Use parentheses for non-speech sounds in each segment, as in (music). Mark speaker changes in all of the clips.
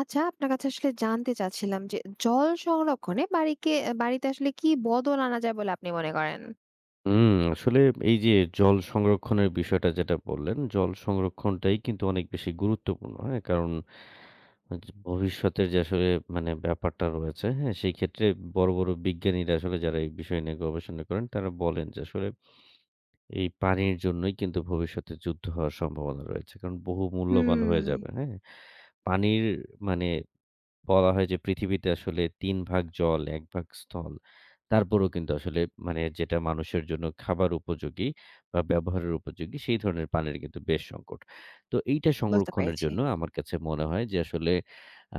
Speaker 1: আচ্ছা, আপনার কাছে আসলে জানতে চাচ্ছিলাম যে জল সংরক্ষণে বাড়িতে আসলে কি বদল আনা যায় বলে আপনি মনে করেন?
Speaker 2: হুম, আসলে এই যে জল সংরক্ষণের বিষয়টা যেটা বললেন, জল সংরক্ষণটাই কিন্তু অনেক বেশি গুরুত্বপূর্ণ। হ্যাঁ? কারণ য ভবিষ্যতের যে আসলে মানে ব্যাপারটা রয়েছে, হ্যাঁ? সেই ক্ষেত্রে বড়, বড় বিজ্ঞানীরা আসলে যারা এই বিষয় নিয়ে গবেষণা করেন, তারা বলেন যে আসলে এই পানির জন্যই কিন্তু ভবিষ্যতে যুদ্ধ হওয়ার সম্ভাবনা রয়েছে। কারণ বহু মূল্যবান
Speaker 1: হুম,
Speaker 2: হয়ে যাবে। হ্যাঁ? পানির মানে বলা হয় যে পৃথিবীতে আসলে ৩ ভাগ জল, ১ ভাগ স্থল। তারপরেও কিন্তু আসলে মানে যেটা মানুষের জন্য খাবার উপযোগী বা ব্যবহারের উপযোগী সেই ধরনের পানির কিন্তু বেশ সংকট। তো এইটা
Speaker 1: বুঝতে
Speaker 2: সংরক্ষণের
Speaker 1: পেরেছি।
Speaker 2: জন্য আমার কাছে মনে হয় যে আসলে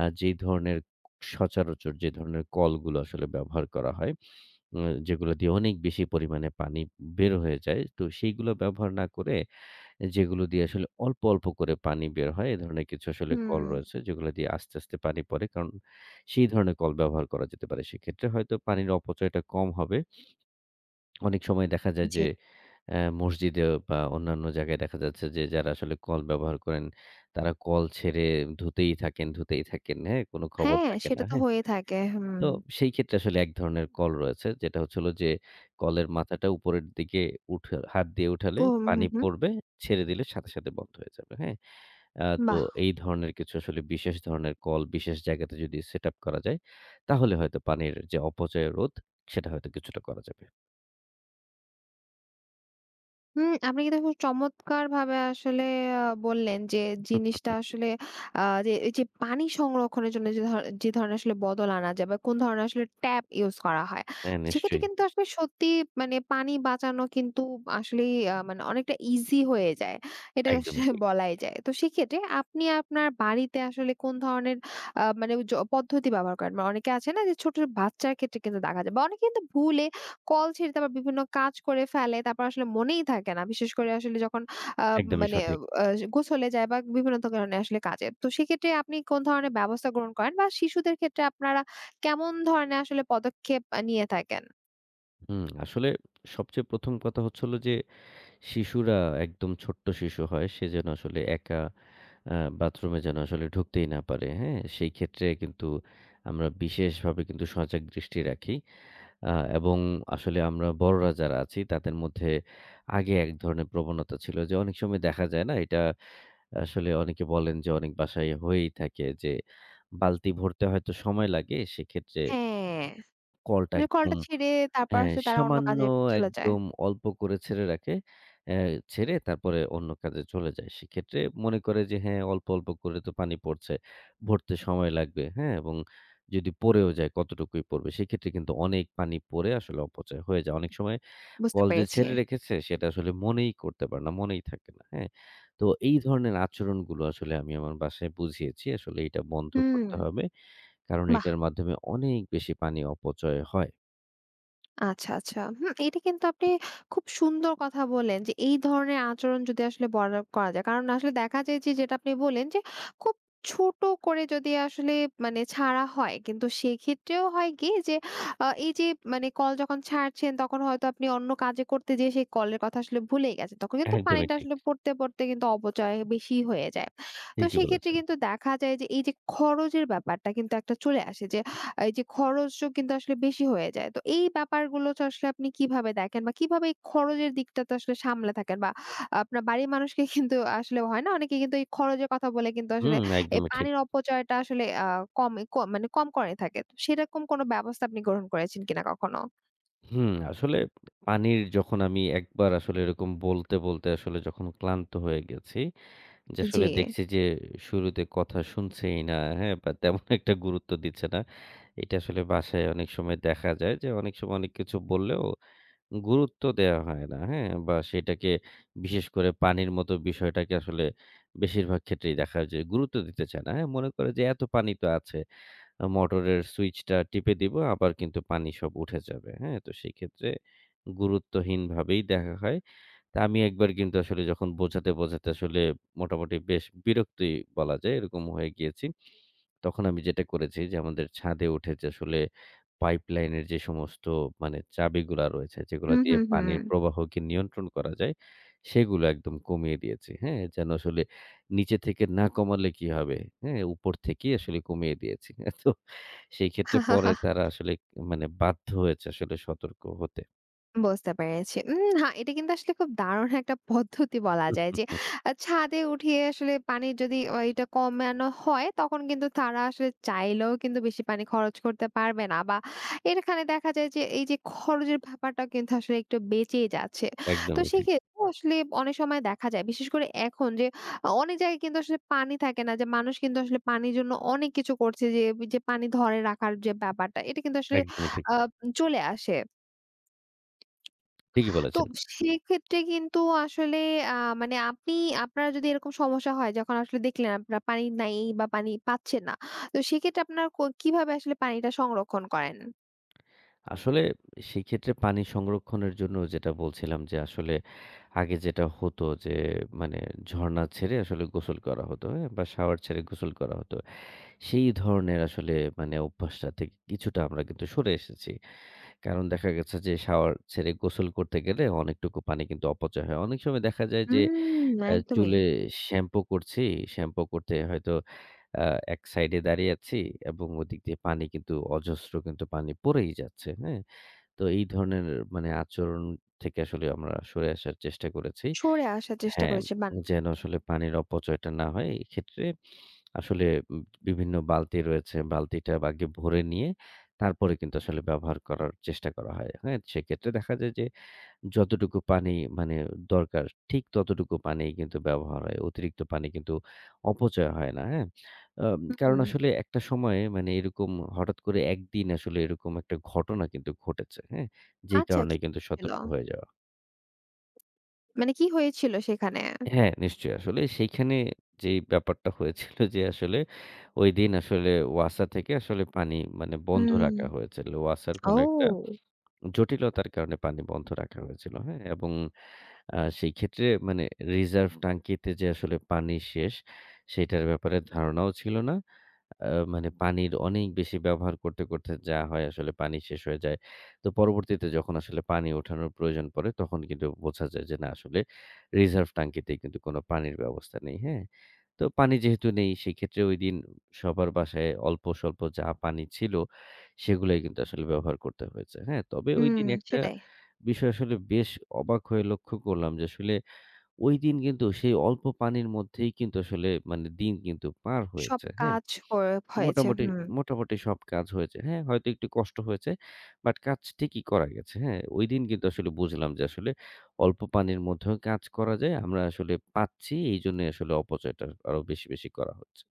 Speaker 2: যেই ধরনের সচরাচর যে ধরনের কলগুলো আসলে ব্যবহার করা হয়, যেগুলো দিয়ে অনেক বেশি পরিমাণে পানি বের হয়ে যায়। তো সেইগুলো ব্যবহার না করে যেগুলো দিয়ে আসলে অল্প, অল্প করে পানি বের হয়। এ ধরনের কিছু আসলে
Speaker 1: হুম,
Speaker 2: কল রয়েছে যেগুলো দিয়ে আস্তে, আস্তে পানি পড়ে। কারণ সেই ধরনের কল ব্যবহার করা যেতে পারে। সেক্ষেত্রে হয়তো পানির অপচয়টা কম হবে। অনেক সময় দেখা যায়
Speaker 1: জি।
Speaker 2: যে মসজিদে বা অন্যান্য জায়গায় দেখা যাচ্ছে যে যারা আসলে কল ব্যবহার করেন, তারা কল ছেড়ে ধুতেই থাকেন, ধুতেই থাকেন। হ্যাঁ? কোন খবর
Speaker 1: হ্যাঁ,
Speaker 2: থাকে
Speaker 1: সেটা
Speaker 2: না।
Speaker 1: তো
Speaker 2: হ্যাঁ?
Speaker 1: হয়ে থাকে। হুম।
Speaker 2: তো সেই ক্ষেত্রে আসলে এক ধরনের কল রয়েছে। যেটা হচ্ছে হলো যে কলের মাথাটা উপরের দিকে উঠে হাত দিয়ে উঠালে
Speaker 1: হুম, হুম,
Speaker 2: পানি
Speaker 1: হুম।
Speaker 2: পড়বে, ছেড়ে দিলে সাথে, সাথে বন্ধ হয়ে যাবে। হ্যাঁ? তো
Speaker 1: বাহ!
Speaker 2: এই ধরনের কিছু আসলে বিশেষ ধরনের কল বিশেষ জায়গাতে যদি সেটআপ করা যায়, তাহলে হয়তো পানির যে অপচয় রোধ সেটা হয়তো কিছুটা করা যাবে।
Speaker 1: হুম, আপনি কিন্তু খুব চমৎকারভাবে আসলে বললেন যে জিনিসটা
Speaker 2: (laughs)
Speaker 1: আসলে যে এই যে পানি সংরক্ষণের জন্য যে ধর যে ধরনের আসলে বদল আনা যায় বা কোন ধরনের আসলে ট্যাপ ইউজ করা হয়।
Speaker 2: হ্যাঁ,
Speaker 1: সেক্ষেত্রে
Speaker 2: নিশ্চয়ই।
Speaker 1: কিন্তু আসলে সত্যি মানে পানি বাঁচানো কিন্তু আসলেই মানে অনেকটা ইজি হয়ে যায়। এটা আসলে
Speaker 2: একদমই
Speaker 1: (laughs)
Speaker 2: ঠিক।
Speaker 1: বলাই যায়। তো সেক্ষেত্রে আপনি আপনার বাড়িতে আসলে কোন ধরনের মানে পদ্ধতি ব্যবহার করেন? মানে অনেকে আছে না যে ছোট বাচ্চার ক্ষেত্রে কিন্তু দেখা যায় বা অনেকে কিন্তু ভুলে কল ছেড়ে তারপর বিভিন্ন কাজ করে ফেলে। তারপর আসলে মনেই থাকে না। বিশেষ করে আসলে যখন আ
Speaker 2: একদমই
Speaker 1: মানে
Speaker 2: সঠিক।
Speaker 1: আ গোসলে যায় বা বিভিন্ন কারণে আসলে কাজে। তো সেক্ষেত্রে আপনি কোন ধরনের ব্যবস্থা গ্রহণ করেন বা শিশুদের ক্ষেত্রে আপনারা কেমন ধরনের আসলে পদক্ষেপ নিয়ে থাকেন?
Speaker 2: হুম, আসলে সবচেয়ে ১ম কথা হচ্ছে হলো যে শিশুরা একদম ছোট্ট শিশু হয়, সে যেন আসলে একা বাথরুমে যেন আসলে ঢুকতেই না পারে, হ্যাঁ? সেই ক্ষেত্রে কিন্তু আমরা বিশেষভাবে কিন্তু সজাগ দৃষ্টি রাখি। আ এবং আসলে আমরা বড়রা যারা আছি তাদের মধ্যে আগে এক ধরনের প্রবণতা ছিল যে অনেক সময় দেখা যায় না এটা আসলে অনেকে বলেন যে অনেক বাসায় হয়েই থাকে যে বালতি ভরতে হয়তো সময় লাগে সেক্ষেত্রে
Speaker 1: হ্যাঁ।
Speaker 2: কলটা
Speaker 1: মানে কলটা
Speaker 2: একদম
Speaker 1: ছেড়ে তারপর
Speaker 2: হ্যাঁ,
Speaker 1: আসলে তারা অন্য
Speaker 2: সামান্য
Speaker 1: কাজে চলে যায়।
Speaker 2: একদম অল্প করে ছেড়ে রাখে। অ্যা ছেড়ে তারপরে অন্য কাজে চলে যায়। সেক্ষেত্রে মনে করে যে হ্যাঁ, অল্প, অল্প করে তো পানি পড়ছে। ভরতে সময় লাগবে। হ্যাঁ? এবং যদি পড়েও যায় কতটুকুই পড়বে। সেক্ষেত্রে কিন্তু অনেক পানি পড়ে আসলে অপচয় হয়ে যায়। অনেক সময়
Speaker 1: বুঝতে
Speaker 2: কল যে
Speaker 1: পেরেছি।
Speaker 2: ছেড়ে রেখেছে সেটা আসলে মনেই করতে পারে না, মনেই থাকে না। হ্যাঁ? তো এই ধরনের আচরণগুলো আসলে আমি আমার বাসায় বুঝিয়েছি। আসলে এটা বন্ধ
Speaker 1: হুম।
Speaker 2: করতে হবে। কারণ এটার মাধ্যমে অনেক বেশি পানি অপচয় হয়।
Speaker 1: আচ্ছা, আচ্ছা। হুম, এটা কিন্তু আপনি খুব সুন্দর কথা বললেন যে এই ধরনের আচরণ যদি আসলে বড় করা যায়। কারণ আসলে দেখা যায় যে, যেটা আপনি বললেন যে, খুব ছোট করে যদি আসলে মানে ছাড়া হয়, কিন্তু সেক্ষেত্রেও হয় কি যে, এই যে মানে কল যখন ছাড়ছেন, তখন হয়তো আপনি অন্য কাজে করতে যেয়ে সেই কলের কথা আসলে ভুলেই গেছেন। তখন কিন্তু
Speaker 2: একদমই
Speaker 1: পানিটা
Speaker 2: ঠিক।
Speaker 1: আসলে পড়তে, পড়তে কিন্তু অপচয় বেশি হয়ে যায়। তো
Speaker 2: ঠিকই
Speaker 1: সেক্ষেত্রে
Speaker 2: বলেছেন।
Speaker 1: কিন্তু দেখা যায় যে এই যে খরচের ব্যাপারটা কিন্তু একটা চলে আসে যে এই যে খরচও কিন্তু আসলে বেশি হয়ে যায়। তো এই ব্যাপারগুলো তো আসলে আপনি কিভাবে দেখেন বা কিভাবে এই খরচের দিকটাতে আসলে সামলে থাকেন? বা আপনার বাড়ির মানুষকে (laughs) কিন্তু আসলে হয় না? অনেকে কিন্তু এই খরচের কথা বলে কিন্তু আসলে
Speaker 2: হুম,
Speaker 1: এই
Speaker 2: একদমই ঠিক।
Speaker 1: পানির অপচয়টা আসলে আ কম ক মানে কম করে থাকে। তো সেরকম কোনো ব্যবস্থা আপনি গ্রহণ করেছেন কিনা কখনো?
Speaker 2: হুম, আসলে পানির যখন আমি একবার আসলে এরকম বলতে, বলতে আসলে যখন ক্লান্ত হয়ে গেছি, যে
Speaker 1: জি।
Speaker 2: আসলে দেখছি যে শুরুতে কথা শুনছেই না, হ্যাঁ? বা তেমন একটা গুরুত্ব দিচ্ছে না। এটা আসলে বাসায় অনেক সময় দেখা যায় যে অনেক সময় অনেক কিছু বললেও গুরুত্ব দেয়া হয় না, হ্যাঁ? বা সেটাকে বিশেষ করে পানির মতো বিষয়টাকে আসলে বেশিরভাগ ক্ষেত্রেই দেখা যায় যে গুরুত্ব দিতে চায় না, হ্যাঁ? মনে করে যে এত পানি তো আছে। মোটরের সুইচটা টিপে দিব আবার কিন্তু পানি সব উঠে যাবে। হ্যাঁ? তো সেইক্ষেত্রে গুরুত্বহীনভাবেই দেখা হয়। তা আমি একবার কিন্তু আসলে যখন বোঝাতে, বোঝাতে আসলে মোটামুটি বেশ বিরক্তি বলা যায় এরকম হয়ে গিয়েছি। তখন আমি যেটা করেছি যে আমাদের ছাদে উঠে যে আসলে পাইপলাইনের যে সমস্ত মানে চাবিগুলা রয়েছে যেগুলা
Speaker 1: হুম,
Speaker 2: দিয়ে
Speaker 1: হুম, হুম।
Speaker 2: পানির প্রবাহকে নিয়ন্ত্রণ করা যায়, সেগুলো একদম কমিয়ে দিয়েছি। হ্যাঁ? যেন আসলে নিচে থেকে না কমালে কি হবে? হ্যাঁ? উপর থেকেই আসলে কমিয়ে দিয়েছি। (laughs) তো সেই ক্ষেত্রে পরে তারা আসলে মানে বাধ্য হয়েছে আসলে সতর্ক হতে।
Speaker 1: বুঝতে পেরেছি। উম হা এটা কিন্তু আসলে খুব দারুণ একটা (laughs) পদ্ধতি বলা যায় যে
Speaker 2: (laughs)
Speaker 1: ছাদে উঠিয়ে আসলে পানি যদি এটা কমানো হয়, তখন কিন্তু তারা আসলে চাইলেও কিন্তু বেশি পানি খরচ করতে পারবে না বা এখানে দেখা যায় যে এই যে খরচের ব্যাপারটা কিন্তু আসলে একটু বেঁচেই যাচ্ছে। তো
Speaker 2: একদমই ঠিক,
Speaker 1: সেক্ষেত্রে আসলে অনেক সময় দেখা যায়, বিশেষ করে এখন যে অনেক জায়গায় কিন্তু আসলে পানি থাকে না যে মানুষ কিন্তু আসলে পানির জন্য অনেক কিছু করছে যে, যে পানি ধরে রাখার যে ব্যাপারটা, এটা কিন্তু আসলে
Speaker 2: একদমই ঠিক।
Speaker 1: আ চলে আসে।
Speaker 2: ঠিকই
Speaker 1: তো
Speaker 2: বলেছেন।
Speaker 1: সেক্ষেত্রে কিন্তু আসলে আ মানে আপনি আপনার যদি এরকম সমস্যা হয় যখন আসলে দেখলেন আপনার পানি নাই বা পানি পাচ্ছেন না। তো সেক্ষেত্রে আপনার কিভাবে আসলে পানিটা সংরক্ষণ করেন?
Speaker 2: আসলে সেই ক্ষেত্রে পানি সংরক্ষণের জন্য যেটা বলছিলাম যে আসলে আগে যেটা হতো যে মানে ঝরনা ছেড়ে আসলে গোসল করা হতো, হ্যাঁ? বা শাওয়ার ছেড়ে গোসল করা হতো। সেই ধরনের আসলে মানে অভ্যাসটা থেকে কিছুটা আমরা কিন্তু সরে এসেছি। কারণ দেখা গেছে যে শাওয়ার ছেড়ে গোসল করতে গেলে অনেকটুকু পানি কিন্তু অপচয় হয়। অনেক সময় দেখা যায় যে
Speaker 1: হুম, একদমই।
Speaker 2: চুলে শ্যাম্পু করছি। শ্যাম্পু করতে হয়তো আ এক সাইড এ দাঁড়িয়ে আছি এবং ওদিক দিয়ে পানি কিন্তু অজস্র কিন্তু পানি পড়েই যাচ্ছে। হ্যাঁ? তো এই ধরনের মানে আচরণ থেকে আসলে আমরা সরে আসার চেষ্টা করেছি।
Speaker 1: সরে আসার চেষ্টা
Speaker 2: হ্যাঁ,
Speaker 1: করেছে বান
Speaker 2: যেন আসলে পানির অপচয়টা না হয়। এক্ষেত্রে আসলে উম বিভিন্ন বালতি রয়েছে। বালতিটা আগে ভরে নিয়ে তারপরে কিন্তু আসলে ব্যবহার করার চেষ্টা করা হয়। হ্যাঁ? সেক্ষেত্রে দেখা যায় যে যতটুকু পানি মানে দরকার ঠিক ততটুকু পানি কিন্তু ব্যবহার হয়। অতিরিক্ত পানি কিন্তু অপচয় হয় না, হ্যাঁ? কারণ
Speaker 1: হুম,
Speaker 2: আসলে একটা সময়ে মানে এরকম হঠাৎ করে একদিন আসলে এরকম একটা ঘটনা কিন্তু ঘটেছে, হ্যাঁ? যেই
Speaker 1: আচ্ছা
Speaker 2: কারণে
Speaker 1: কি
Speaker 2: কিন্তু
Speaker 1: ছিল?
Speaker 2: সতর্ক হয়ে যাওয়া।
Speaker 1: মানে কি হয়েছিল সেখানে?
Speaker 2: হ্যাঁ, নিশ্চয়ই। আসলে সেইখানে যেই ব্যাপারটা হয়েছিল যে আসলে ঐদিন আসলে ওয়াসা থেকে আসলে পানি মানে বন্ধ
Speaker 1: হুম,
Speaker 2: রাখা হয়েছিল। ওয়াসার কোনো একটা
Speaker 1: ও!
Speaker 2: জটিলতার কারণে পানি বন্ধ রাখা হয়েছিল। হ্যাঁ? এবং সেই ক্ষেত্রে মানে রিজার্ভ টাঙ্কিতে যে আসলে পানি শেষ, সেটার ব্যাপারে ধারণাও ছিল না। আ মানে পানির অনেক বেশি ব্যবহার করতে, করতে যা হয় আসলে পানি শেষ হয়ে যায়। তো পরবর্তীতে যখন আসলে পানি ওঠানোর প্রয়োজন পড়ে তখন কিন্তু বোঝা যায় যে না আসলে রিজার্ভ টাঙ্কিতে কিন্তু কোনো পানির ব্যবস্থা নেই। হ্যাঁ? তো পানি যেহেতু নেই সেক্ষেত্রে ঐদিন সবার বাসায় অল্প-স্বল্প যা পানি ছিল সেগুলাই কিন্তু আসলে ব্যবহার করতে হয়েছে। হ্যাঁ? তবে
Speaker 1: হুম,
Speaker 2: ঐদিন একটা
Speaker 1: সেটাই।
Speaker 2: বিষয় আসলে বেশ অবাক হয়ে লক্ষ্য করলাম যে আসলে ঐদিন কিন্তু সেই অল্প পানির মধ্যেই কিন্তু আসলে মানে দিন কিন্তু পার
Speaker 1: সব
Speaker 2: হয়েছে। হ্যাঁ?
Speaker 1: কাজ হয়ে হয়েছে।
Speaker 2: মোটামুটি,
Speaker 1: হুম।
Speaker 2: মোটামুটি সব কাজ হয়েছে। হ্যাঁ, হয়তো একটু কষ্ট হয়েছে। বাট কাজ ঠিকই করা গেছে। হ্যাঁ? ঐদিন কিন্তু আসলে বুঝলাম যে আসলে অল্প পানির মধ্যেও কাজ করা যায়। আমরা আসলে পাচ্ছি এইজন্যই আসলে অপচয়টা আরো বেশি, বেশি করা হচ্ছে।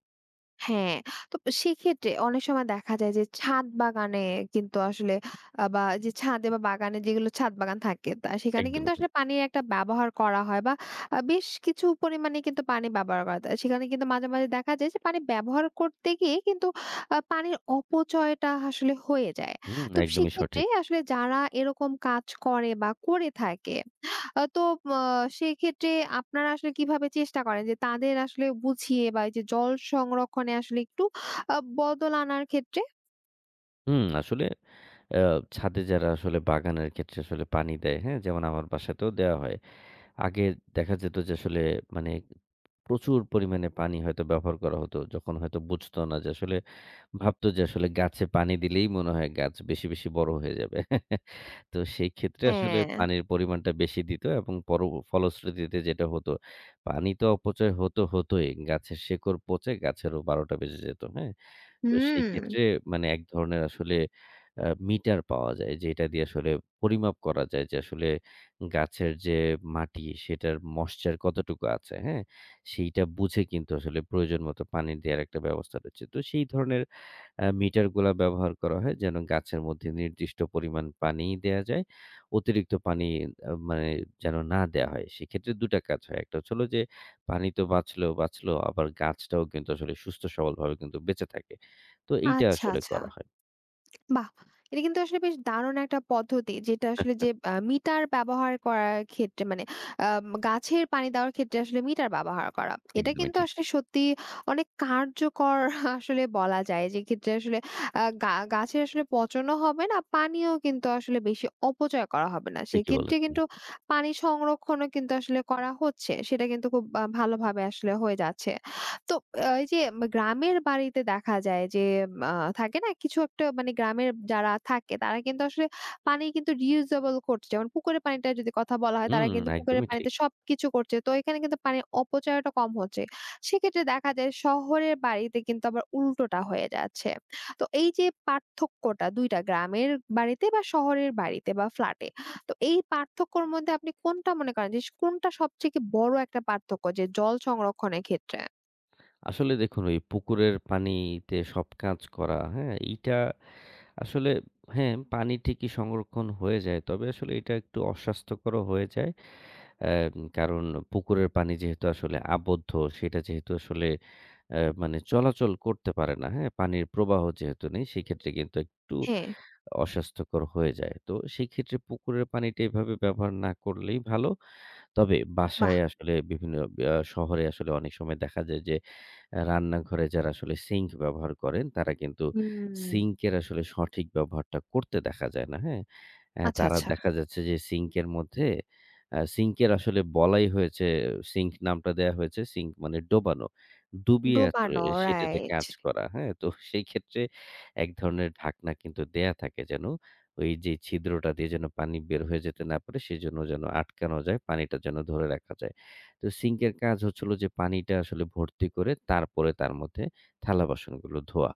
Speaker 1: হ্যাঁ, তো সেক্ষেত্রে অনেক সময় দেখা যায় যে ছাদ বাগানে কিন্তু আসলে বা যে ছাদে বা বাগানে যেগুলো ছাদ বাগান থাকে তা সেখানে কিন্তু
Speaker 2: একদমই ঠিক।
Speaker 1: আসলে পানির একটা ব্যবহার করা হয় বা বেশ কিছু পরিমাণে কিন্তু পানি ব্যবহার করা যায়। সেখানে কিন্তু মাঝে, মাঝে দেখা যায় যে পানি ব্যবহার করতে গিয়ে কিন্তু পানির অপচয়টা আসলে হয়ে যায়।
Speaker 2: হুম,
Speaker 1: তো
Speaker 2: একদমই
Speaker 1: সেক্ষেত্রে
Speaker 2: সঠিক।
Speaker 1: আসলে যারা এরকম কাজ করে বা করে থাকে আ তো আ সেক্ষেত্রে আপনারা আসলে কিভাবে চেষ্টা করেন যে তাদের আসলে বুঝিয়ে বা এই যে জল সংরক্ষণে আসলে একটু বদল আনার ক্ষেত্রে?
Speaker 2: হুম, আসলে আ ছাদে যারা আসলে বাগানের ক্ষেত্রে আসলে পানি দেয়, হ্যাঁ? যেমন আমার বাসাতেও দেওয়া হয়। আগে দেখা যেত যে আসলে মানে প্রচুর পরিমাণে পানি হয়তো ব্যবহার করা হতো। যখন হয়তো বুঝতো না যে আসলে ভাবতো যে আসলে গাছে পানি দিলেই মনে হয় গাছ বেশি, বেশি বড় হয়ে যাবে। (laughs) তো সেই ক্ষেত্রে আসলে
Speaker 1: হ্যাঁ।
Speaker 2: পানির পরিমাণটা বেশি দিত এবং পর ফলশ্রুতিতে যেটা হতো, পানি তো অপচয় হতো, হতোই। গাছের শেকড় পচে গাছেরও ১২ টা বেজে যেত। হ্যাঁ? তো সেই
Speaker 1: হুম।
Speaker 2: ক্ষেত্রে মানে এক ধরনের আসলে মিটার পাওয়া যায় যে এটা দিয়ে আসলে পরিমাপ করা যায় যে আসলে গাছের যে মাটি সেটার ময়েশ্চার কতটুকু আছে, হ্যাঁ? সেইটা বুঝে কিন্তু আসলে প্রয়োজন মতো পানি দেওয়ার একটা ব্যবস্থা রয়েছে। তো সেই ধরনের মিটারগুলা ব্যবহার করা হয় যেন গাছের মধ্যে নির্দিষ্ট পরিমাণ পানি দেয়া যায়। অতিরিক্ত পানি মানে যেন না দেয়া হয়। সেক্ষেত্রে ২ টা কাজ হয়। একটা হচ্ছে হলো যে পানি তো বাঁচলো, বাঁচলো আবার গাছটাও কিন্তু আসলে সুস্থ সবলভাবে কিন্তু বেঁচে থাকে। তো এইটা
Speaker 1: আচ্ছা,
Speaker 2: আসলে
Speaker 1: আচ্ছা।
Speaker 2: করা হয়।
Speaker 1: বাহ! এটা কিন্তু আসলে বেশ দারুণ একটা পদ্ধতি। যেটা আসলে যে মিটার ব্যবহার করার ক্ষেত্রে মানে গাছের পানি দেওয়ার ক্ষেত্রে আসলে মিটার ব্যবহার করা। এটা
Speaker 2: একদমই
Speaker 1: কিন্তু
Speaker 2: ঠিক।
Speaker 1: আসলে সত্যি অনেক কার্যকর (laughs) আসলে বলা যায়। যে ক্ষেত্রে আসলে আ গা গাছের আসলে পচনও হবে না, পানিও কিন্তু আসলে বেশি অপচয় করা হবে না।
Speaker 2: ঠিকই
Speaker 1: সেক্ষেত্রে
Speaker 2: বলেছেন।
Speaker 1: কিন্তু পানি সংরক্ষণও কিন্তু আসলে করা হচ্ছে। সেটা কিন্তু খুব ভালোভাবে আসলে হয়ে যাচ্ছে। তো এই যে গ্রামের বাড়িতে দেখা যায় যে আ থাকে না কিছু একটা মানে গ্রামের যারা থাকে তারা কিন্তু আসলে পানি কিন্তু reusable করছে। যেমন পুকুরের পানিটা যদি কথা বলা হয় তারা
Speaker 2: হুম,
Speaker 1: কিন্তু পুকুরের
Speaker 2: একদমই
Speaker 1: পানিতে
Speaker 2: ঠিক।
Speaker 1: সবকিছু করছে। তো এখানে কিন্তু পানির অপচয়টা কম হচ্ছে। সেক্ষেত্রে দেখা যায় শহরের বাড়িতে কিন্তু আবার উল্টোটা হয়ে যাচ্ছে। তো এই যে পার্থক্যটা ২ টা গ্রামের বাড়িতে বা শহরের বাড়িতে বা ফ্ল্যাটে। তো এই পার্থক্যর মধ্যে আপনি কোনটা মনে করেন যে কোনটা সবথেকে বড় একটা পার্থক্য যে জল সংরক্ষণের ক্ষেত্রে?
Speaker 2: আসলে দেখুন ওই পুকুরের পানিতে সব কাজ করা, হ্যাঁ? এইটা আসলে হ্যাঁ, পানি ঠিকই সংরক্ষণ হয়ে যায়। তবে আসলে এটা একটু অস্বাস্থ্যকরও হয়ে যায়। অ্যাম কারণ পুকুরের পানি যেহেতু আসলে আবদ্ধ, সেটা যেহেতু আসলে মানে চলাচল করতে পারে না, হ্যাঁ? পানির প্রবাহ যেহেতু নেই, সেক্ষেত্রে কিন্তু একটু
Speaker 1: হ্যাঁ,
Speaker 2: অস্বাস্থ্যকর হয়ে যায়। তো সেক্ষেত্রে পুকুরের পানিটা এভাবে ব্যবহার না করলেই ভালো। তবে
Speaker 1: বাহ!
Speaker 2: বাসায় আসলে বিভিন্ন শহরে আসলে অনেক সময় দেখা যায় যে রান্নাঘরে যারা আসলে সিঙ্ক ব্যবহার করেন তারা কিন্তু
Speaker 1: হুম।
Speaker 2: সিঙ্কের আসলে সঠিক ব্যবহারটা করতে দেখা যায় না। হ্যাঁ?
Speaker 1: আচ্ছা,
Speaker 2: তারা
Speaker 1: আচ্ছা।
Speaker 2: দেখা যাচ্ছে যে সিঙ্কের মধ্যে সিঙ্কের আসলে বলাই হয়েছে সিঙ্ক নামটা দেয়া হয়েছে সিঙ্ক মানে ডোবানো। ডুবিয়ে আসলে
Speaker 1: ডোবানো
Speaker 2: সেটাতে
Speaker 1: রাইট।
Speaker 2: কাজ করা। হ্যাঁ? তো সেই ক্ষেত্রে এক ধরনের ঢাকনা কিন্তু দেয়া থাকে যেন ওই যে ছিদ্রটা দিয়ে যেন পানি বের হয়ে যেতে না পারে সেজন্য যেন আটকানো যায়, পানিটা যেন ধরে রাখা যায়। তো সিঙ্কের কাজ হচ্ছিল যে পানিটা আসলে ভর্তি করে তারপরে তার মধ্যে থালা-বাসনগুলো ধোয়া।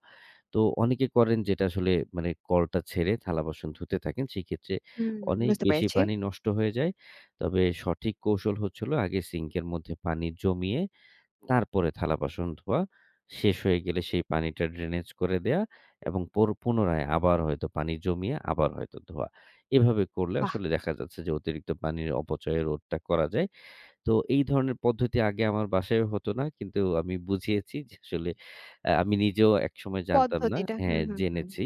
Speaker 2: তো অনেকে করেন যেটা আসলে মানে কলটা ছেড়ে থালা-বাসন ধুতে থাকেন। সেক্ষেত্রে
Speaker 1: হুম,
Speaker 2: অনেক
Speaker 1: বুঝতে
Speaker 2: বেশি
Speaker 1: পেরেছি।
Speaker 2: পানি নষ্ট হয়ে যায়। তবে সঠিক কৌশল হচ্ছিল আগে সিঙ্কের মধ্যে পানি জমিয়ে তারপরে থালা-বাসন ধোয়া। শেষ হয়ে গেলে সেই পানিটা ড্রেনেজ করে দেয়া এবং পর পুনরায় আবার হয়তো পানি জমিয়ে আবার হয়তো ধোয়া। এভাবে করলে
Speaker 1: বাহ!
Speaker 2: আসলে দেখা যাচ্ছে যে অতিরিক্ত পানির অপচয় রোধটা করা যায়। তো এই ধরনের পদ্ধতি আগে আমার বাসায়ও হতো না। কিন্তু আমি বুঝিয়েছি যে আসলে আমি নিজেও একসময় জানতাম না।
Speaker 1: পদ্ধতিটা হুম,
Speaker 2: হ্যাঁ,
Speaker 1: হুম, হুম।
Speaker 2: জেনেছি।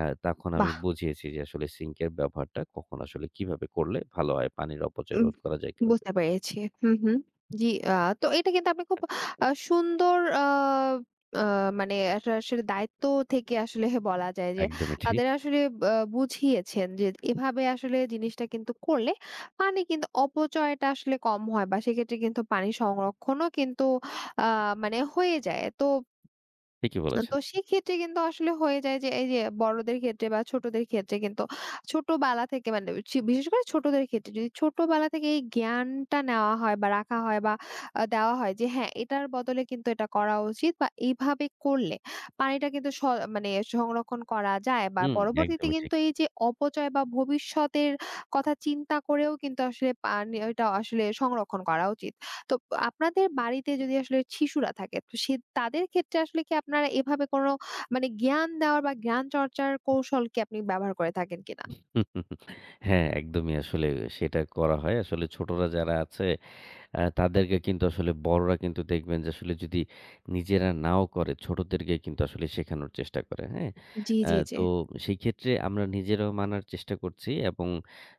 Speaker 2: তখন আমি
Speaker 1: বাহ!
Speaker 2: বুঝিয়েছি যে আসলে সিঙ্কের ব্যবহারটা কখন আসলে কিভাবে করলে ভালো হয়, পানির অপচয়
Speaker 1: উম
Speaker 2: রোধ করা যায় কিভাবে।
Speaker 1: বুঝতে পেরেছি। হুম, হুম। জি, আ তো এটা কিন্তু আপনি খুব সুন্দর আ আ মানে একটা আসলে দায়িত্ব থেকে আসলে বলা যায় যে
Speaker 2: একদমই ঠিক।
Speaker 1: তাদের আসলে বুঝিয়েছেন যে এভাবে আসলে জিনিসটা কিন্তু করলে পানি কিন্তু অপচয়টা আসলে কম হয় বা সেক্ষেত্রে কিন্তু পানি সংরক্ষণও কিন্তু আ মানে হয়ে যায়। তো
Speaker 2: ঠিকই
Speaker 1: তো
Speaker 2: বলেছেন।
Speaker 1: সেক্ষেত্রে কিন্তু আসলে হয়ে যায় যে এই যে বড়দের ক্ষেত্রে বা ছোটদের ক্ষেত্রে কিন্তু ছোটবেলা থেকে মানে বিশেষ করে ছোটদের ক্ষেত্রে যদি ছোটবেলা থেকে এই জ্ঞানটা নেওয়া হয় বা রাখা হয় বা আহ, দেওয়া হয় যে হ্যাঁ এটার বদলে কিন্তু এটা করা উচিত বা এইভাবে করলে পানিটা কিন্তু মানে সংরক্ষণ করা যায় বা
Speaker 2: হুম,
Speaker 1: পরবর্তীতে
Speaker 2: একদমই ঠিক।
Speaker 1: কিন্তু এই যে অপচয় বা ভবিষ্যতের কথা চিন্তা করেও কিন্তু আসলে পানি এটা আসলে সংরক্ষণ করা উচিত তো আপনাদের বাড়িতে যদি আসলে শিশুরা থাকে তো সে তাদের ক্ষেত্রে আসলে কি আপনারা এভাবে কোনো মানে জ্ঞান দেওয়ার বা জ্ঞান চর্চার কৌশল কি আপনি ব্যবহার করে থাকেন কিনা?
Speaker 2: (laughs) হ্যাঁ, একদমই আসলে সেটা করা হয়। আসলে ছোটরা যারা আছে তাদেরকে কিন্তু আসলে বড়রা কিন্তু দেখবেন যে আসলে যদি নিজেরা নাও করে, ছোটদেরকে কিন্তু আসলে শেখানোর চেষ্টা করে, হ্যাঁ?
Speaker 1: জি, জি, জি।
Speaker 2: তো সেই ক্ষেত্রে আমরা নিজেরাও মানার চেষ্টা করছি এবং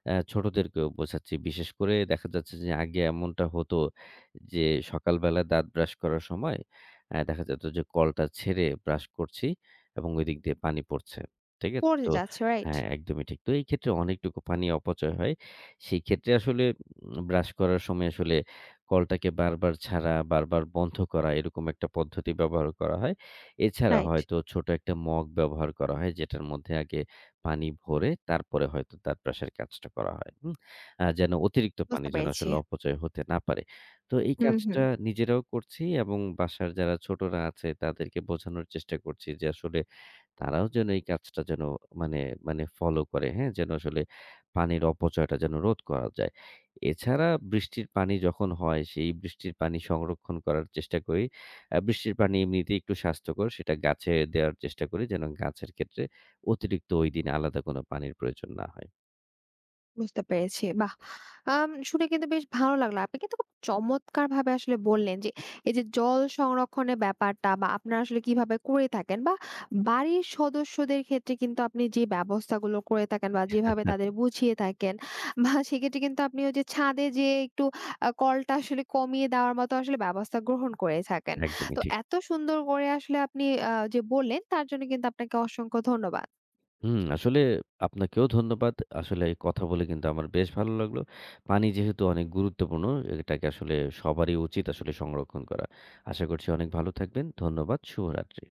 Speaker 2: ছোটদেরকেও বোঝাচ্ছি। বিশেষ করে দেখা যাচ্ছে যে আগে এমনটা হতো যে সকালবেলা দাঁত ব্রাশ করার সময় দেখা যেত যে কলটা ছেড়ে ব্রাশ করছি এবং ওইদিক দিয়ে পানি পড়ছে। ঠিক আছে?
Speaker 1: পড়ে
Speaker 2: তো
Speaker 1: যাচ্ছে রাইট,
Speaker 2: হ্যাঁ, একদমই ঠিক। তো এই ক্ষেত্রে অনেকটুকু পানি অপচয় হয়। সেই ক্ষেত্রে আসলে ব্রাশ করার সময় আসলে কলটাকে বারবার ছাড়া, বারবার বন্ধ করা এরকম একটা পদ্ধতি ব্যবহার করা হয়। এছাড়া
Speaker 1: রাইট
Speaker 2: হয়তো ছোট একটা মগ ব্যবহার করা হয় যেটার মধ্যে আগে পানি ভরে তারপরে হয়তো দাঁত ব্রাশের কাজটা করা হয়। হুম? যেন অতিরিক্ত পানি
Speaker 1: বুঝতে
Speaker 2: যেন
Speaker 1: পেরেছি।
Speaker 2: আসলে অপচয় হতে না পারে। তো এই
Speaker 1: হুম, হুম।
Speaker 2: কাজটা নিজেরাও করছি এবং বাসার যারা ছোটরা আছে তাদেরকে বোঝানোর চেষ্টা করছি যে আসলে তারাও যেন এই কাজটা যেন মানে মানে ফলো করে, হ্যাঁ? যেন আসলে পানির অপচয়টা যেন রোধ করা যায়। এছাড়া বৃষ্টির পানি যখন হয়, সেই বৃষ্টির পানি সংরক্ষণ করার চেষ্টা করি। বৃষ্টির পানি এমনিতেই একটু স্বাস্থ্যকর। সেটা গাছে দেওয়ার চেষ্টা করি যেন গাছের ক্ষেত্রে অতিরিক্ত ওই দিন আলাদা কোনো পানির প্রয়োজন না হয়।
Speaker 1: বুঝতে পেরেছি। বাহ! শুনে কিন্তু বেশ ভালো লাগলো। আপনি কিন্তু খুব চমৎকারভাবে আসলে বললেন যে, এই যে জল সংরক্ষণের ব্যাপারটা বা আপনারা আসলে কিভাবে করে থাকেন বা বাড়ির সদস্যদের ক্ষেত্রে কিন্তু আপনি যে ব্যবস্থাগুলো করে থাকেন বা যেভাবে
Speaker 2: (laughs)
Speaker 1: তাদের বুঝিয়ে থাকেন বা সেক্ষেত্রে কিন্তু আপনি ওই যে ছাদে যেয়ে একটু কলটা আসলে কমিয়ে দেওয়ার মতো আসলে ব্যবস্থা গ্রহণ করে থাকেন।
Speaker 2: একদমই
Speaker 1: তো
Speaker 2: ঠিক।
Speaker 1: এত সুন্দর করে আসলে আপনি যে বললেন তার জন্য কিন্তু আপনাকে অসংখ্য ধন্যবাদ।
Speaker 2: হুম, আসলে আপনাকেও ধন্যবাদ। আসলে এই কথা বলে কিন্তু আমার বেশ ভালো লাগলো। পানি যেহেতু অনেক গুরুত্বপূর্ণ, এটাকে আসলে সবারই উচিত আসলে সংরক্ষণ করা। আশা করছি অনেক ভালো থাকবেন। ধন্যবাদ। শুভরাত্রি।